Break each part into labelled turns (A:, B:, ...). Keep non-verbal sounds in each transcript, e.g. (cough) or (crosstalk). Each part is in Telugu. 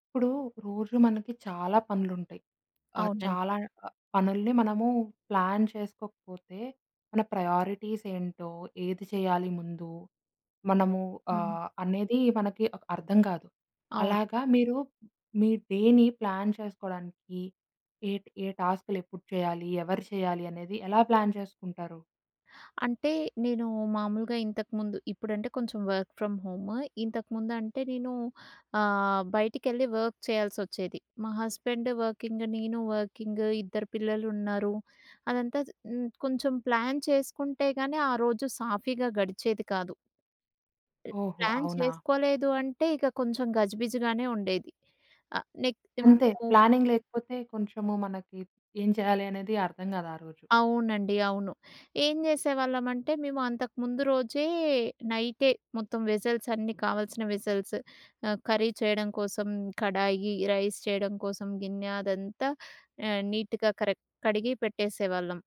A: ఇప్పుడు రోజు మనకి చాలా పనులుంటాయి.
B: అవునండి.
A: చాలా పనుల్ని మనము ప్లాన్ చేసుకోకపోతే మన ప్రయారిటీస్ ఏంటో, ఏది చేయాలి ముందు, మనము
B: హ్మ్.
A: అనేది మనకి అర్థం కాదు.
B: అవును.
A: అలాగా మీరు మీ డేని ప్లాన్ చేసుకోవడానికి ఏ ఏ టాస్క్‌లు ఎప్పుడు చేయాలి, ఎవరు చేయాలి అనేది ఎలా ప్లాన్ చేసుకుంటారు?
B: అంటే నేను మామూలుగా ఇంతకుముందు ఇప్పుడంటే కొంచెం వర్క్ ఫ్రమ్ హోమ్. ఇంతకుముందంటే నేను బయటికెళ్ళి వర్క్ చేయాల్సొచ్చేది. మా హస్బెండ్ వర్కింగ్, నేను వర్కింగ్, ఇద్దరు పిల్లలున్నారు. అదంతా కొంచెం ప్లాన్ చేసుకుంటే గానీ ఆ రోజు సాఫీగా గడిచేది కాదు.
A: ఓహో!
B: ప్లాన్
A: అవునా?
B: చేసుకోలేదు అంటే ఇక కొంచెం గజిబిజిగానే ఉండేది. ఆహ్, నెక్
A: అంతే,
B: మేము
A: ప్లానింగ్ లేకపోతే కొంచెము మనకి ఏం చేయాలి అనేది అర్థం కాదు ఆ రోజు.
B: అవునండి. అవును. ఏం జేసేవాళ్ళమంటే మేము అంతకుముందు రోజే నైటే మొత్తం వెసల్స్ అన్నీ కావాల్సిన వెసల్స్ కర్రీ చేయడం కోసం కడాయి, రైస్ చేయడం కోసం గిన్నె అదంతా నీట్‌గా కరెక్ట్ కడిగి పెట్టేసేవాళ్ళం.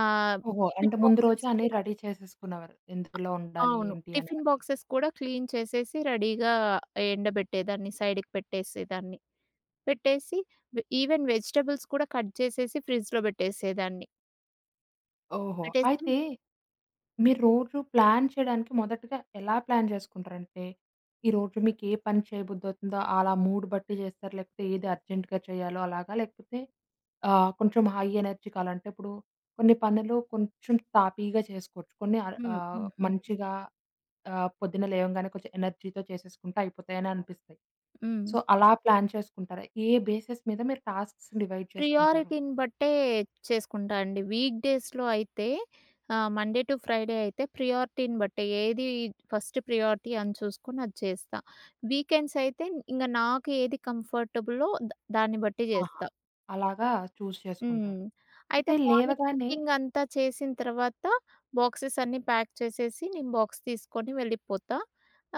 B: ఆహ్,
A: ఓహో! అంటే
B: టిఫిన్
A: ముందు రోజే
B: బాక్సెస్
A: అన్నీ
B: కూడా
A: రెడీ చేసేసుకునేవారు. ఎందులో ఉండాలి,
B: అవును.
A: ఏంటి
B: టిఫిన్
A: అనేవన్నీ.
B: బాక్సెస్ కూడా క్లీన్ చేసేసి రెడీగా ఎండబెట్టేదాన్ని. సైడ్‌కి పెట్టేసేదాన్ని. పెట్టేసి ఈవెన్ వెజిటబుల్స్ కూడా కట్ చేసేసి ఫ్రిడ్జ్‌లో పెట్టేసేదాన్ని.
A: ఓహో!
B: పెట్టేస్తే
A: అయితే మీరు రోజు ప్లాన్ చేయడానికి మొదటగా ఎలా ప్లాన్ చేసుకుంటారంటే, ఈరోజు మీకు ఏ పని చేయబుద్దవుతుందో అలా మూడ్ బట్టి చేస్తారా? లేకపోతే ఏది అర్జెంట్‌గా చేయాలో అలాగా? లేకపోతే కొంచెం హై ఎనర్జీ కావాలా? అంటే ఇప్పుడు కొన్ని పనులు కొంచెం తాపీగా చేసుకోవచ్చు. కొన్ని
B: హ్మ్. హ్మ్. హ్మ్.
A: మంచిగా పొద్దున్న లేవంగానే కొంచెం ఎనర్జీతో చేసేసుకుంటే అయిపోతాయని అనిపిస్తాయి.
B: హ్మ్.
A: సో, అలా ప్లాన్ చేసుకుంటారా? ఏ బేసిస్ మీద మీరు టాస్క్స్‌ని డివైడ్ చేసుకుంటారు?
B: ప్రియారిటీని బట్టే చేసుకుంటా అండి. వీక్ డేస్‌లో అయితే మండే టు ఫ్రైడే అయితే ప్రియారిటీని బట్టే ఏది ఫస్ట్ ప్రియారిటీ అని చూసుకొని అది చేస్తా. వీకెండ్స్ అయితే ఇంగ నాకు ఏది కంఫర్టబులో దాన్ని బట్టి
A: ఆహా!
B: చేస్తా.
A: అలాగా చూజ్ చేసుకుంటారు.
B: హ్మ్. అయితే
A: అయితే
B: మార్నింగ్
A: లేవగానే
B: కుకింగ్ అంతా చేసిన తర్వాత బాక్సెస్ అన్నీ ప్యాక్ చేసేసి నేను బాక్స్ తీసుకొని వెళ్ళిపోతా.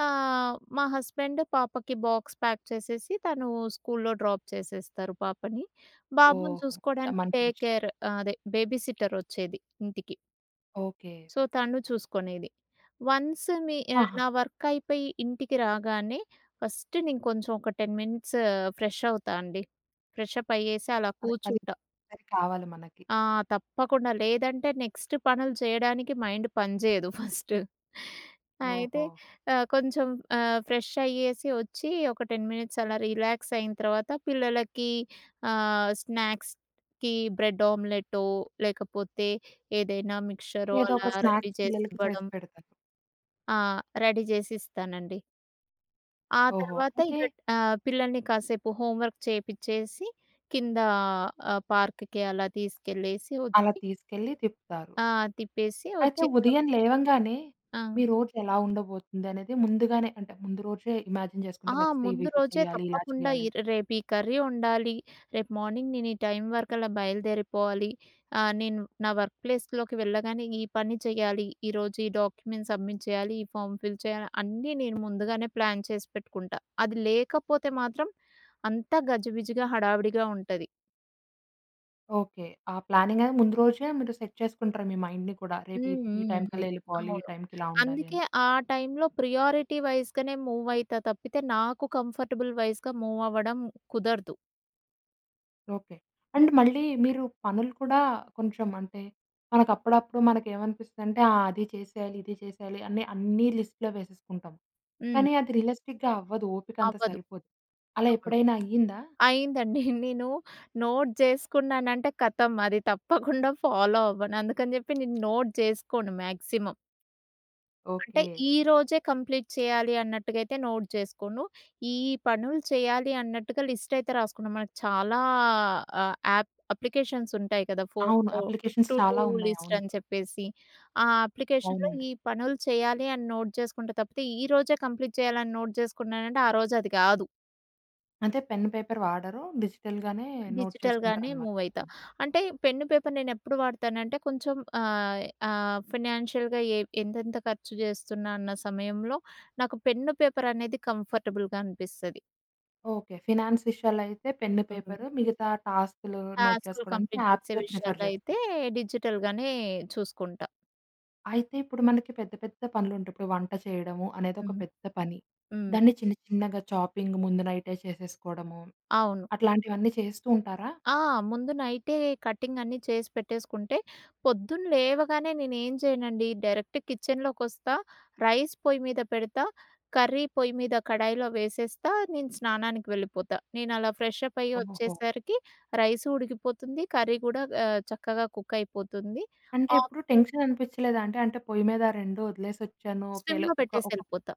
B: మా హస్బెండ్ పాపకి బాక్స్ ప్యాక్ చేసేసి తను స్కూల్‌లో డ్రాప్ చేసేస్తారు పాపని. బాబుని
A: ఓహో!
B: చూసుకోవడానికి
A: మంచి
B: డే
A: విషయం.
B: కేర్ అదే బేబీ సిట్టర్ వచ్చేది ఇంటికి.
A: ఓకే.
B: సో, తను చూసుకునేది.
A: ఆహా!
B: నా వర్క్ అయిపోయి ఇంటికి రాగానే ఫస్ట్ నేను కొంచెం ఒక 10 మినిట్స్ ఫ్రెష్ అవుతా అండి. ఫ్రెష్ అప్ అయ్యేసి అలా
A: అది అది
B: కూర్చుంటా.
A: ఒకసారి కావాలి మనకి.
B: ఆ! తప్పకుండా. లేదంటే నెక్స్ట్ పనులు చేయడానికి మైండ్ పనిచేయదు ఫస్ట్. అయితే
A: ఓహో!
B: కొంచెం ఫ్రెష్ అయ్యేసి వచ్చి ఒక 10 మినిట్స్ అలా రిలాక్స్ అయిన తర్వాత పిల్లలకి స్నాక్స్‌కి బ్రెడ్ ఆమ్లెటో, లేకపోతే ఏదైనా మిక్చరో
A: ఏదో ఒక
B: అలా రెడీ
A: స్నాక్స్
B: చేసి
A: పిల్లలకి చేసి
B: ఇవ్వడం.
A: పెడతారు.
B: ఆ! రెడీ చేసి ఇస్తానండి. ఆ
A: ఓహో!
B: తర్వాత
A: అయితే
B: ఇక పిల్లల్ని కాసేపు హోంవర్క్ చేపిచ్చేసి కింద పార్క్‌కి అలా తీసుకెళ్ళేసి
A: అలా
B: వచ్చి
A: తీసుకెళ్ళి తిప్పుతారు.
B: ఆ! తిప్పేసి
A: అయితే
B: వచ్చిన తర్వాత
A: ఉదయం లేవంగానే
B: ఆ!
A: మీ రోజు ఎలా ఉండబోతుందనేది ముందుగానే అంటే ముందు రోజే ఇమాజిన్ చేసుకుంటే
B: ఆ!
A: నెక్స్ట్ డే
B: ముందు
A: ఇవివి
B: రోజే
A: చేయాలి, ఇలా
B: తప్పకుండా
A: చేయాలి.
B: రేపు ఈ కర్రీ వండాలి. రేపు మార్నింగ్ నేను ఈ టైం వరకలా బయలుదేరిపోవాలి. నేను నా వర్క్ ప్లేస్‌లోకి వెళ్ళగానే ఈ పని చేయాలి. ఈరోజు ఈ డాక్యుమెంట్ సబ్మిట్ చేయాలి. ఈ ఫార్మ్ ఫిల్ చేయాలి. అన్నీ నేను ముందుగానే ప్లాన్ చేసి పెట్టుకుంటా. అది లేకపోతే మాత్రం అంతా గజిబిజిగా హడావిడిగా ఉంటది.
A: ఓకే. ఆ ప్లానింగ్ అనేది ముందు రోజే మీరు సెట్ చేసుకుంటారు మీ మైండ్‌ని కూడా. రేపు ఈ
B: హ్మ్.
A: ఈ
B: హ్మ్. హ్మ్.
A: టైంకల్లా ఎళ్ళిపోవాలి, ఈ
B: అవును.
A: టైంకి ఇలా ఉండాలి
B: అందుకే
A: అని.
B: ఆ టైంలో ప్రియారిటీ వైస్‌గానే మూవ్ అయితా తప్పితే నాకు కంఫర్టబుల్ వైస్‌గా మూవ్ అవ్వడం కుదరదు.
A: ఓకే. అండ్ మళ్ళీ మీరు పనులు కూడా కొంచెం అంటే మనకు అప్పుడప్పుడు మనకేమనిపిస్తుందంటే ఆ, అది చేసేయాలి, ఇది చేసేయాలి అని అన్నీ లిస్ట్‌లో వేసేసుకుంటాం.
B: హ్మ్.
A: కానీ అది రియలిస్టిక్‌గా అవ్వదు. ఓపిక అంత
B: అవ్వదు.
A: సరిపోదు. అలా
B: అవును.
A: ఎప్పుడైనా అయ్యిందా?
B: అయిందండి. (laughs) నేను నోట్ జేసుకున్నానంటే ఖతం అది తప్పకుండా ఫాలో అవ్వను. అందుకని జెప్పి నేను నోట్ జేసుకోను మాక్సిమం. అంటే
A: ఓకే.
B: ఈ రోజే కంప్లీట్ చేయాలి అన్నట్టుగా అయితే నోట్ చేసుకోను. ఈ పనులు చేయాలి అన్నట్టుగా లిస్ట్ అయితే రాసుకున్నా. మనకు చాలా యాప్ అప్లికేషన్స్ ఉంటాయి కదా!
A: అవును.
B: ఫోన్‌లో
A: అప్లికేషన్స్
B: టు డూ
A: చాలా ఉన్నాయి.
B: లిస్ట్
A: అవును.
B: అని చెప్పేసి. ఆ అప్లికేషన్‌లో
A: అవునండి.
B: ఈ పనులు చేయాలి అని నోట్ చేసుకుంటా తప్పితే, ఈ రోజే కంప్లీట్ చేయాలని నోట్ చేసుకున్నానంటే, ఆ రోజు అది కాదు.
A: అంటే పెన్, పేపర్ వాడరు. డిజిటల్‌గానే నోట్
B: డిజిటల్‌గానే
A: చేసుకుంటారనమాట అయితే.
B: మూవయితా. అంటే పెన్ను, పేపర్ నేనెప్పుడు వాడతానంటే కొంచెం ఆహ్, ఆహ్, ఫైనాన్షియల్‌గా ఎంతెంత ఖర్చు చేస్తున్నా అన్న సమయంలో నాకు పెన్ను, పేపర్ అనేది కంఫర్టబుల్‌గా అనిపిస్తది.
A: ఓకే. ఫినాన్స్ విషయాలైతే పెన్ను,
B: హ్మ్.
A: పేపరు మిగతా టాస్కులు నోట్
B: టాస్కులు
A: చేసుకోవడానికి
B: కంప్లీట్
A: యాప్స్
B: చేసే
A: ప్రిఫర్
B: విషయాల్లో అయితే
A: చేస్తారు.
B: డిజిటల్‌గానే చూసుకుంటా.
A: అయితే ఇప్పుడు మనకి పెద్ద పెద్ద పనులుంటాయి. ఇప్పుడు వంట చేయడము అనేది ఒక
B: హ్మ్. హ్మ్.
A: పెద్ద పని.
B: హ్మ్.
A: దాన్ని చిన్న చిన్నగా చాపింగ్ ముందు నైటే చేసేసుకోవడము,
B: అవును.
A: అట్లాంటివన్నీ చేస్తూ ఉంటారా?
B: ఆ! ముందు నైటే కటింగ్ అన్నీ చేసి పెట్టేసుకుంటే, పొద్దున్న లేవగానే నేనేం చేయనండి, డైరెక్ట్ కిచెన్‌లోకొస్తా, రైస్ పొయ్యి మీద పెడతా, కర్రీ పొయ్యి మీద కడాయిలో వేసేస్తా, నేను స్నానానికి వెళ్ళిపోతా. నేనలా ఫ్రెష్ అప్ అయ్యి
A: ఓహో!
B: వచ్చేసరికి రైసు ఉడికిపోతుంది, కర్రీ కూడా చక్కగా కుక్ అయిపోతుంది.
A: అంటే
B: ఆఫ్
A: ఎప్పుడు టెన్షన్ అనిపించలేదా? అంటే పొయ్యి మీద 2 వదిలేసొచ్చాను. ఒకేళ
B: స్విమ్‌లో
A: ఒక
B: పెట్టేసి
A: ఒక
B: ఎళ్ళిపోతా.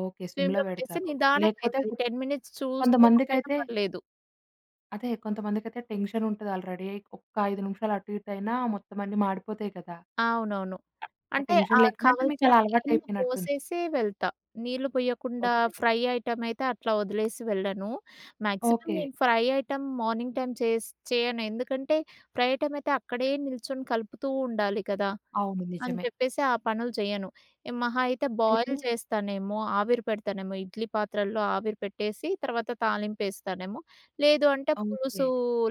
A: ఓకే. సిమ్‌లో
B: స్విమ్‌లో పెట్టేస్తే
A: పెడతారు.
B: నిదానంగా
A: లేకపోతే
B: అయితది. 10 మినిట్స్ చూసుకోకపోయినా
A: కొంతమందికైతే
B: పర్లేదు.
A: కొంతమందికైతే టెన్షన్ ఉంటది. ఆళ్ళు రెడీ అయ్యి ఒక్క 5 నిమిషాలు అటు ఇటు అయినా మొత్తం అన్నీ మాడిపోతాయి కదా!
B: అవునవును.
A: ఆ
B: అంటే
A: టెన్షన్
B: ఆహ్,
A: లేకుండా అంటే మీకు
B: కావాల్సిన
A: అలా
B: నీళ్ళు
A: అలవాటయిపోయినట్టుంది.
B: పోసేసే వెళ్తా. నీళ్ళు పొయ్యకుండా
A: ఓకే.
B: ఫ్రై ఐటెమ్ అయితే అట్లా వదిలేసి వెళ్ళను. Maximum
A: okay.
B: నేను ఫ్రై ఐటెమ్ మార్నింగ్ టైమ్ చేయను. ఎందుకంటే ఫ్రై ఐటెమ్ అయితే అక్కడే నిల్చొని కలుపుతూ ఉండాలి కదా!
A: అవును.
B: అని
A: నిజమే.
B: చెప్పేసి ఆ పనులు చేయను. ఏ మహా అయితే
A: అయితే
B: బాయిల్ చేస్తానేమో, ఆవిరి పెడతానేమో ఇడ్లీ పాత్రల్లో ఆవిరి పెట్టేసి తర్వాత తాలింపేస్తానేమో. లేదు అంటే
A: ఓకే.
B: పులుసు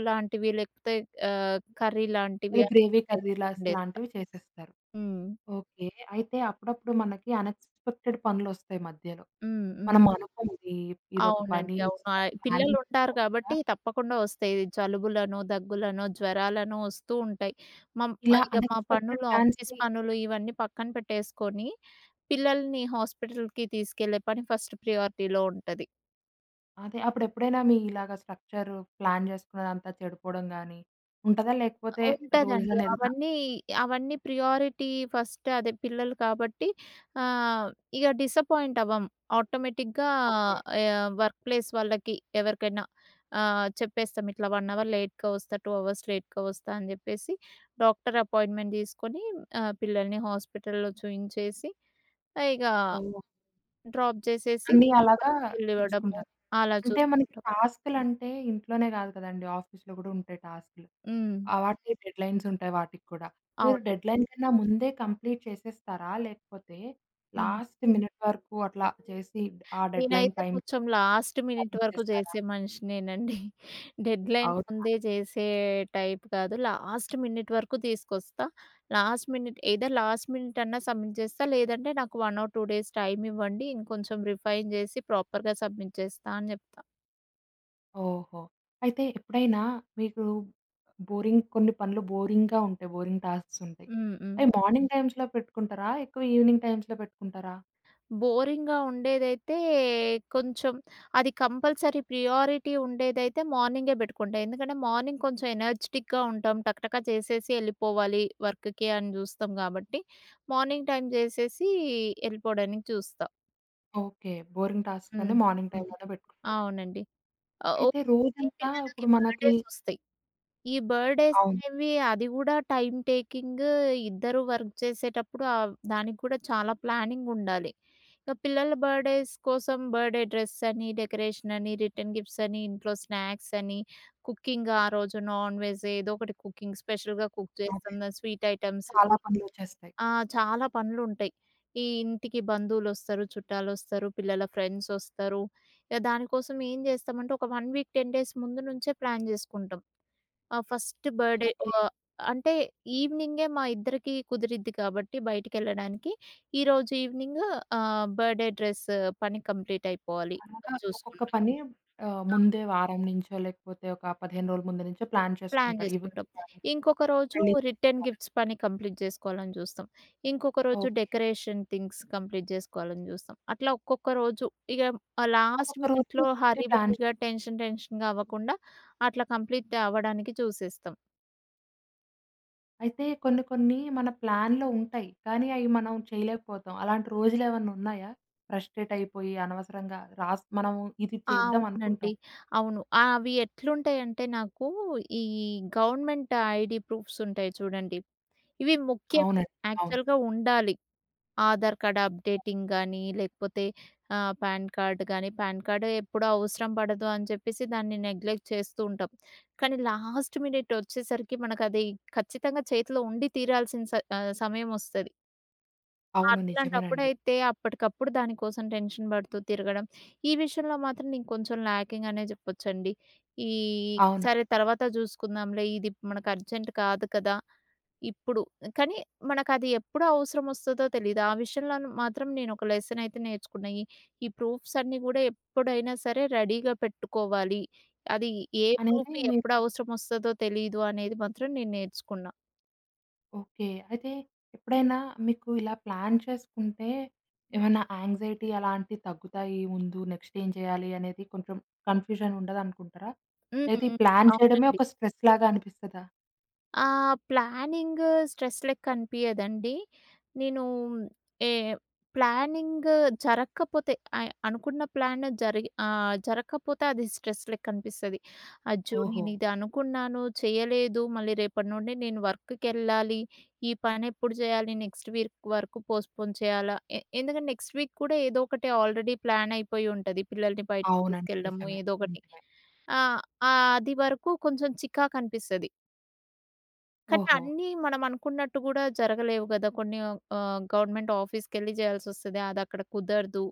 B: లాంటివి లేకపోతే కర్రీ
A: ఏదో
B: లాంటివి అట్లా
A: గ్రేవీ కర్రీలాస్
B: వండేస్తా.
A: లాంటివి చేసేస్తారు.
B: హ్మ్.
A: ఓకే. అయితే అప్పుడప్పుడు మనకి అన్‌ఎక్స్‌పెక్టెడ్ పనులొస్తాయి మధ్యలో.
B: హ్మ్. హ్మ్.
A: మనం అనుకోనిది ఇదొక పని
B: అవునండి. అవును.
A: వస్తదని ప్లానింగ్
B: పిల్లలుంటారు
A: చేసుకోకుండా
B: కాబట్టి తప్పకుండా వస్తాయి. జలుబులను, దగ్గులను, జ్వరాలను వస్తూ ఉంటాయి. మం
A: ఇలా
B: ఇక మా
A: అన్‌ఎక్స్‌పెక్టెడ్
B: పనులు, ఆఫీస్
A: ప్లాన్స్‌ని
B: పనులు ఇవన్నీ పక్కన పెట్టేసుకొని, పిల్లల్ని హాస్పిటల్‌కి తీసుకెళ్ళే పని ఫస్ట్ ప్రియారిటీలో ఉంటది.
A: అదే. అప్పుడెప్పుడైనా మీ ఇలాగ స్ట్రక్చర్ ప్లాన్ జేసుకున్నదంతా చెడిపోవడం గాని ఉంటదా? లేకపోతే
B: ఉంటదండి.
A: రోజులోనే ఏదైనా
B: అవన్నీ ప్రియారిటీ ఫస్ట్ అదే పిల్లలు కాబట్టి ఆహ్, ఇగ డిసప్పాయింట్ అవ్వం. ఆటోమేటిక్‌గా
A: ఓకే.
B: వర్క్ ప్లేస్ వాళ్ళకి ఎవరికైనా చెప్పేస్తాం. ఇట్లా 1 అవర్ లేట్‌గా వస్తా, 2 అవర్స్ లేట్‌గా వస్తా అని జెప్పేసి డాక్టర్ అపాయింట్‌మెంట్ తీసుకొని పిల్లల్ని హాస్పిటల్‌లో చూయించేసి ఇగ
A: ఓహ్!
B: డ్రాప్ జేసేసి
A: అన్నీ అలాగా
B: వర్క్‌కెళ్ళివ్వడము
A: చేసుకుంటారు.
B: అలా
A: అంటే మనకి
B: చూసుకుంటాం.
A: టాస్కులంటే ఇంట్లోనే గాదు కదండీ! ఆఫీస్‌లో గూడా ఉంటాయి టాస్కులు.
B: హ్మ్.
A: ఆ, వాటికి డెడ్‌లైన్స్ ఉంటాయి వాటికి కూడా. మీరు
B: అవునండి.
A: డెడ్‌లైన్ కన్నా ముందే కంప్లీట్ చేసేస్తారా? లేకపోతే
B: హ్మ్.
A: లాస్ట్ మినిట్ వరకు అట్లా చేసి ఆ డెడ్‌లైన్
B: నేనైతే
A: టైమ్‌కి
B: కొంచెం లాస్ట్ మినిట్
A: సబ్మిట్
B: వరకు
A: చేస్తారా?
B: చేసే మనిషినేనండి. డెడ్‌లైన్
A: అవును.
B: ముందే చేసే టైప్ కాదు. లాస్ట్ మినిట్ వరకు తీసుకొస్తా. లాస్ట్ మినిట్ అన్నా సబ్మిట్ చేస్తా. లేదంటే నాకు 1 ఆర్ 2 డేస్ టైమ్ ఇవ్వండి. ఇంకొంచెం రిఫైన్ చేసి ప్రాపర్‌గా సబ్మిట్ చేస్తా అని చెప్తా.
A: ఓహో! అయితే ఎప్పుడైనా మీకు బోరింగ్, కొన్ని పనులు బోరింగ్‌గా ఉంటాయి. బోరింగ్ టాస్క్స్ ఉంటాయి.
B: హ్మ్. హ్మ్.
A: అవి మార్నింగ్ టైమ్స్‌లో పెట్టుకుంటారా? ఎక్కువ ఈవినింగ్ టైమ్స్‌లో పెట్టుకుంటారా?
B: బోరింగ్‌గా ఉండేదైతే కొంచెం అది కంపల్సరీ ప్రియారిటీ ఉండేదైతే మార్నింగే బెట్టుకుంటా. ఎందుకంటే మార్నింగ్ కొంచెం ఎనర్జిటిక్‌గా ఉంటాం. టకటక చేసేసి ఎళ్ళిపోవాలి వర్క్‌కి అని జూస్తాం గాబట్టి, మార్నింగ్ టైమ్ జేసేసి ఎళ్ళిపోవడానికి చూస్తా.
A: ఓకే. బోరింగ్ టాస్క్స్ అన్ని
B: హ్మ్.
A: మార్నింగ్
B: హ్మ్.
A: టైమ్‌లోనే పెట్టుకుంటారు.
B: అవునండి. ఓకే.
A: అయితే రోజంతా
B: పిల్లలకి
A: ఇప్పుడు మనకి
B: బర్త్‌డేస్ ఒస్తాయి. ఈ బర్త్‌డేస్
A: అవును.
B: అనేవి అది గూడా టైమ్ టేకింగ్ ఇద్దరు వర్క్ చేసేటప్పుడు దానికి కూడా చాలా ప్లానింగ్ ఉండాలి. ఇక పిల్లల బర్త్‌డేస్ కోసం బర్త్‌డే డ్రెస్ అని, డెకరేషన్ అని, రిటర్న్ గిఫ్ట్స్ అని, ఇంట్లో స్నాక్స్ అని, కుకింగ్ ఆ రోజు నాన్ వెజ్ ఏదో ఒకటి కుకింగ్ స్పెషల్‌గా కుక్
A: అదే,
B: చేస్తాం. స్వీట్ ఐటెమ్స్
A: చాలా పనులొచ్చేస్తాయి.
B: ఆ! చాలా పనులుంటాయి. ఈ ఇంటికి బంధువులొస్తారు, చుట్టాలొస్తారు, పిల్లల ఫ్రెండ్సొస్తారు. ఇక దానికోసం ఏం చేస్తామంటే ఒక 1 వీక్ 10 డేస్ ముందు నుంచే ప్లాన్ చేసుకుంటాం. ఆ! First birthday
A: okay.
B: అంటే ఈవెనింగే మా ఇద్దరికీ కుదిరిద్ది కాబట్టి బయటికెళ్ళడానికి, ఈరోజు ఈవెనింగ్ బర్డే డ్రెస్ పని కంప్లీట్ అయిపోవాలి
A: అలాగా
B: అని
A: ఒక్కొక్క
B: చూసుకుంటాం.
A: పని
B: ఆ!
A: ముందే వారం నుంచో లేకపోతే ఒక 15 రోజుల ముందు నుంచో ప్లాన్
B: ప్లాన్
A: చేసుకుంటారు. ఇవి
B: చేసుకుంటాం.
A: ఈ పని
B: ఇంకొక రోజు
A: పెళ్లి
B: రిటర్న్
A: చేయించుకోవాలని.
B: గిఫ్ట్స్ పని కంప్లీట్ చేసుకోవాలని చూస్తాం. ఇంకొక రోజు
A: ఓకే.
B: డెకరేషన్ థింగ్స్ కంప్లీట్ చేసుకోవాలని చూస్తాం. అట్లా ఒక్కొక్క రోజు ఇగ లాస్ట్
A: ఒక్కొక్క రోజు
B: మినిట్‌లో
A: ఒక్కొక్కటి
B: హరీ
A: ప్లాన్ చేసు
B: బరీగా టెన్షన్ టెన్షన్‌గా అవ్వకుండా అట్లా కంప్లీట్ అవ్వడానికి చూసేస్తాం.
A: అయితే కొన్ని కొన్ని మన ప్లాన్‌లో ఉంటాయి. కానీ అయి మనం చేయలేకపోతాం. అలాంటి రోజులేమన్నా ఉన్నాయా? ఫ్రస్ట్రేట్ అయిపోయి అనవసరంగా రాస్ మనము ఇది
B: ఆ!
A: చేద్దాం
B: అవునండి.
A: అనుకుంటాం.
B: అవును. అవి ఎట్లుంటాయంటే నాకు ఈ గవర్నమెంట్ ఐడీ ప్రూఫ్స్ ఉంటాయి చూడండి. ఇవి ముఖ్యమే.
A: అవునండి. అవును.
B: యాక్చువల్‌గా ఉండాలి. ఆధార్ కార్డ్ అప్డేటింగ్ గానీ, లేకపోతే పాన్ కార్డ్ గానీ, పాన్ కార్డ్ ఎప్పుడూ అవసరం పడదు అని చెప్పేసి దాన్ని నెగ్లెక్ట్ చేస్తూ ఉంటాం. కానీ లాస్ట్ మినిట్ వచ్చేసరికి మనకది ఖచ్చితంగా చేతిలో ఉండి తీరాల్సిన సమయమొస్తది.
A: అవును. నిజమేనండి.
B: అట్లాంటప్పుడైతే అప్పటికప్పుడు దాని కోసం టెన్షన్ పడుతూ తిరగడం. ఈ విషయంలో మాత్రం నేను కొంచెం ల్యాకింగ్ అనే చెప్పొచ్చండి. ఈ
A: అవును.
B: సరే తర్వాత చూసుకుందాంలే ఇది మనకు అర్జెంట్ కాదు కదా! ఇప్పుడు కానీ మనకది ఎప్పుడు అవసరం వస్తదో తెలీదు. ఆ విషయంలో మాత్రం నేను ఒక లెసన్ అయితే నేర్చుకున్నా. ఈ ఈ ప్రూఫ్స్ అన్నీ కూడా ఎప్పుడైనా సరే రెడీగా పెట్టుకోవాలి. అది ఏ
A: అనేది
B: ప్రూఫ్ ఎప్పుడు
A: మీకు
B: అవసరం వస్తదో తెలీదు అనేది మాత్రం నేను నేర్చుకున్నా.
A: ఓకే. అయితే ఎప్పుడైనా మీకు ఇలా ప్లాన్ చేసుకుంటే
B: హ్మ్.
A: ఏమైనా యాంగ్జైటీ అలాంటివి తగ్గుతాయి ముందు నెక్స్ట్ ఏం చేయాలి అనేది కొంచెం కన్‌ఫ్యూజన్ ఉండదనుకుంటారా? లేతే ఈ
B: హ్మ్.
A: ప్లాన్ చేయడమే
B: అవునండి.
A: ఒక స్ట్రెస్‌లాగా అనిపిస్తదా?
B: ఆ! ప్లానింగ్ స్ట్రెస్ లెక్క అనిపియదండి. నేను ఏ ప్లానింగ్ జరక్కపోతే అనుకున్న ప్లాన్ జరిగి జరక్కపోతే అది స్ట్రెస్ లెక్క అనిపిస్తది. అజ్జో!
A: ఓహో!
B: నేనిది అనుకున్నాను, చేయలేదు. మళ్ళీ రేపటి నుండి నేను వర్క్‌కెళ్ళాలి. ఈ పనెప్పుడు చేయాలి? నెక్స్ట్ వీక్ వరకు పోస్ట్‌పోన్ చేయాలా? ఎందుకంటే నెక్స్ట్ వీక్ కూడా ఏదో ఒకటి ఆల్రెడీ ప్లాన్ అయిపోయి ఉంటది. పిల్లల్ని బయటకి
A: అవునండి.
B: తీసుకెళ్ళడము
A: నిజమే.
B: ఏదో ఒకటి.
A: నిజమే.
B: ఆహ్, అది వరకు కొంచెం చికాకనిపిస్తది. కానీ
A: ఓహో!
B: అన్నీ మనం అనుకున్నట్టు గూడా జరగలేవు గదా! కొన్ని గవర్నమెంట్ ఆఫీస్‌కెళ్ళి జేయాల్సొస్తది. అదక్కడ కుదరదు.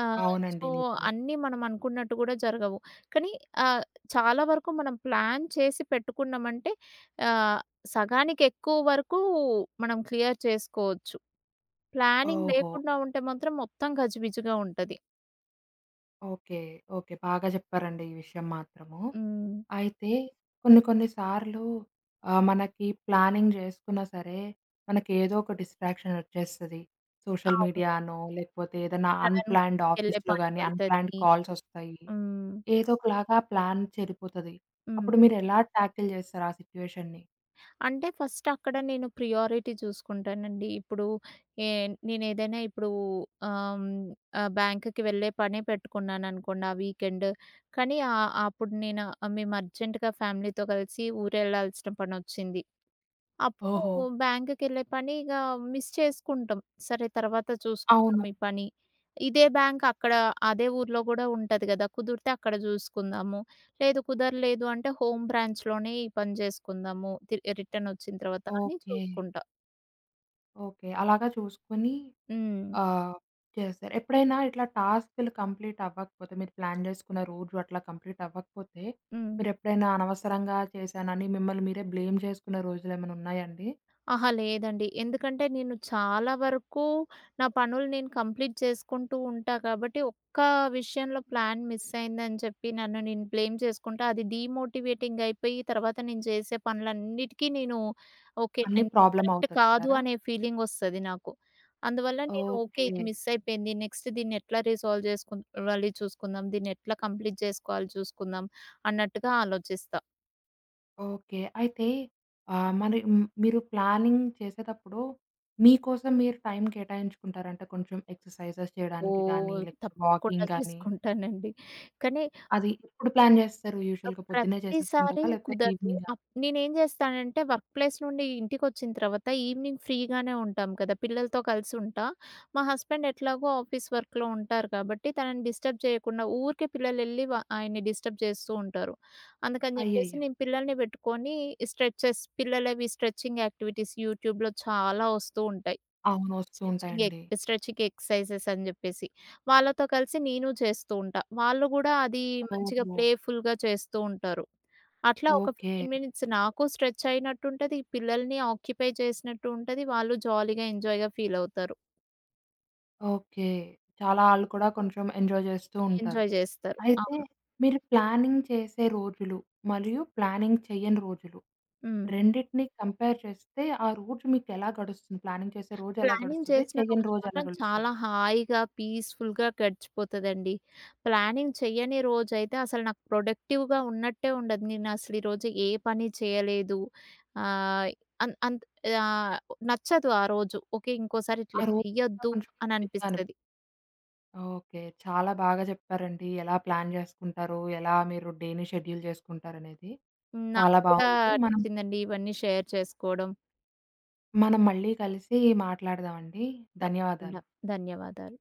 B: ఆహ్,
A: అవునండి.
B: సో,
A: నిజమే.
B: అన్నీ మనం అనుకున్నట్టు గూడా జరగవు. కానీ ఆహ్, చాలా వరకు మనం ప్లాన్ చేసి పెట్టుకున్నామంటే ఆహ్, సగానికి ఎక్కువ వరకు మనం క్లియర్ చేసుకోవచ్చు. ప్లానింగ్
A: ఓహో!
B: లేకుండా ఉంటే మాత్రం మొత్తం గజిబిజిగా ఉంటది.
A: ఓకే. ఓకే. బాగా చెప్పారండి ఈ విషయం మాత్రము.
B: హ్మ్.
A: అయితే కొన్ని కొన్ని సార్లు మనకి ప్లానింగ్ చేసుకున్నా సరే, మనకేదో ఒక డిస్ట్రాక్షన్ వచ్చేస్తది. సోషల్
B: అవును.
A: మీడియానో, లేకపోతే ఏదైనా
B: సడెన్‌గా
A: అన్‌ప్లాన్డ్
B: ఊరికెళ్ళే
A: ఆఫీస్‌లో
B: పని
A: గాని, అన్‌ప్లాన్డ్
B: పడతది.
A: కాల్సొస్తాయి.
B: హ్మ్.
A: ఏదో ఒకలాగా ప్లాన్ చెడిపోతది.
B: హ్మ్.
A: అప్పుడు మీరెలా టాకిల్ చేస్తారు ఆ సిట్యుయేషన్‌ని?
B: అంటే ఫస్ట్ అక్కడ నేను ప్రియారిటీ చూసుకుంటానండి. ఇప్పుడు ఏ నేనేదైనా ఇప్పుడు ఆహ్, ఆహ్, బ్యాంక్‌కి వెళ్ళే పనే పెట్టుకున్నాననుకోండి ఆ వీకెండ్. కానీ అప్పుడు నేను మేము అర్జెంట్‌గా ఫ్యామిలీతో కలిసి ఊరెళ్ళాల్సిన పనొచ్చింది. అప్పుడు
A: ఓహో!
B: బ్యాంక్‌కెళ్ళే పని ఇగ మిస్ చేసుకుంటాం. సరే తర్వాత చూసుకుందాం
A: అవును.
B: ఈ పని. ఇదే బ్యాంక్ అక్కడ అదే ఊర్లో గూడా ఉంటది గదా! కుదిరితే అక్కడ జూసుకుందాము. లేదు కుదరలేదు అంటే హోమ్ బ్రాంచ్‌లోనే ఈ పని జేసుకుందాము. రిటర్న్ వచ్చిన తర్వాత అని
A: ఓకే.
B: చూసుకుంటా.
A: ఓకే. అలాగా చూసుకొని
B: హ్మ్.
A: ఆ, చేశారు. ఎప్పుడైనా ఇట్లా టాస్కులు కంప్లీట్ అవ్వకపోతే, మీరు ప్లాన్ జేసుకున్న రోజు అట్లా కంప్లీట్ అవ్వకపోతే,
B: హ్మ్.
A: మీరెప్పుడైనా అనవసరంగా చేశానని మిమ్మల్ని మీరే బ్లేమ్ జేసుకున్న రోజులేమైనా ఉన్నాయండి?
B: అహా! లేదండి. ఎందుకంటే నేను చాలా వరకు నా పనులు నేను కంప్లీట్ చేసుకుంటూ ఉంటా కాబట్టి, ఒక్క విషయంలో ప్లాన్ మిస్ అయిందని చెప్పి నన్ను నేను బ్లేమ్ చేసుకుంటా. అది డీమోటివేటింగ్ అయిపోయి తర్వాత నేను చేసే పనులన్నిటికీ నేను ఓకే.
A: అన్నీ
B: నేను
A: ప్రాబ్లమ్
B: కరెక్ట్ కాదు
A: అవుతదంటారా?
B: అనే ఫీలింగ్ వస్తది నాకు. అందువల్ల నేను ఓకే. ఇది
A: ఓకే.
B: మిస్ అయిపోయింది. నెక్స్ట్ దీన్ని ఎట్లా రిసాల్వ్ చేసుకోవాలి చూసుకుందాం. దీన్ని ఎట్లా కంప్లీట్ చేసుకోవాలి చూసుకుందాం అన్నట్టుగా ఆలోచిస్తా.
A: ఓకే. అయితే మరి మీరు ప్లానింగ్ చేసేటప్పుడు మీకోసం మీరు టైం కేటాయించుకుంటారంటే కొంచెం ఎక్సర్‌సైజెస్ చేయడానికి గానీ,
B: ఓహ్!
A: లేకపోతే
B: తప్పకుండా
A: వాకింగ్
B: (laughs)
A: గానీ,
B: చేసుకుంటానండి. కానీ
A: అది ఎప్పుడు ప్లాన్ జేస్తారు? యూజువల్‌గా పొద్దున్నే
B: ప్రతిసారి
A: చేసేసుకుంటారా? లేకపోతే
B: కుదరదు.
A: ఈవినింగా?
B: నేనేం జేస్తానంటే వర్క్ ప్లేస్ నుండి ఇంటికొచ్చిన తర్వాత ఈవినింగ్ ఫ్రీగానే ఉంటాం కదా! పిల్లలతో కలిసి ఉంటా. మా హస్బెండ్ ఎట్లాగో ఆఫీస్ వర్క్‌లో ఉంటారు కాబట్టి తనని డిస్టర్బ్ చేయకుండా ఊరికే పిల్లలెళ్ళి వ ఆయన్ని డిస్టర్బ్ చేస్తూ ఉంటారు. అందుకని జెప్పేసి
A: అయ్యయ్యో!
B: నేను పిల్లల్ని పెట్టుకొని స్ట్రెచెస్ పిల్లలవి స్ట్రెచింగ్ యాక్టివిటీస్ యూట్యూబ్‌లో చాలా వస్తూ ఉంటాయి.
A: అవును. వస్తూ ఉంటాయండి.
B: స్ట్రెచింగ్ ఎక్సర్‌సైజెస్ అని జెప్పేసి. వాళ్ళతో కలిసి నేను చేస్తూ ఉంటా. వాళ్ళు గూడా అది మంచిగా
A: ఓహో!
B: ప్లే‌ఫుల్‌గా చేస్తూ ఉంటారు. అట్లా ఒక
A: ఓకే.
B: 15 మినిట్స్ నాకు స్ట్రెచ్ అయినట్టుంటది. పిల్లల్ని ఆక్యుపై చేసినట్టు ఉంటది. వాళ్ళు జాలీగా, ఎంజాయ్‌గా ఫీల్ అవుతారు.
A: ఓకే. చాలా ఆళ్ళు కూడా కొంచెం ఎంజాయ్ చేస్తూ ఉంటారు.
B: ఎంజాయ్ జేస్తారు.
A: అయితే
B: అవును.
A: మీరు ప్లానింగ్ చేసే రోజులు, మరియు ప్లానింగ్ చెయ్యని రోజులు
B: హ్మ్.
A: రెండిటిని కంపేర్ చేస్తే ఆ రోజు మీకెలా గడుస్తుంది? ప్లానింగ్ చేసే రోజు ఎలా
B: ప్లానింగ్
A: గడుస్తది?
B: చేసిన
A: చెయ్యని
B: రోజు
A: రోజు ఎలా
B: మాత్రం
A: గడుస్తది?
B: చాలా హాయిగా, పీస్‌ఫుల్‌గా గడిచిపోతదండి. ప్లానింగ్ చెయ్యని రోజైతే అసలు నాకు ప్రొడక్టివ్‌గా ఉన్నట్టే ఉండదు. నేనసలు ఈరోజు ఏ పని చేయలేదు. ఆహ్, అన్ అంత్ ఆహ్, నచ్చదు ఆ రోజు. ఓకే. ఇంకోసారి
A: ఆ
B: ఇట్లా
A: రోజు కూడా
B: చెయ్యొద్దు
A: కొంచెం
B: అని
A: గజిబిజిగా అనిపి
B: అనిపిస్తది.
A: ఓకే. చాలా బాగా చెప్పారండి. ఎలా ప్లాన్ చేసుకుంటారు? ఎలా మీరు డేని షెడ్యూల్ చేసుకుంటారనేది.
B: నాకు
A: చాలా
B: కూడా
A: బావుంది. మనం
B: నచ్చిందండి ఇవన్నీ షేర్ చేసుకోవడం.
A: మనం మళ్ళీ కలిసి మాట్లాడదామండి. ధన్యవాదాలు.
B: తప్పకుండా. ధన్యవాదాలు.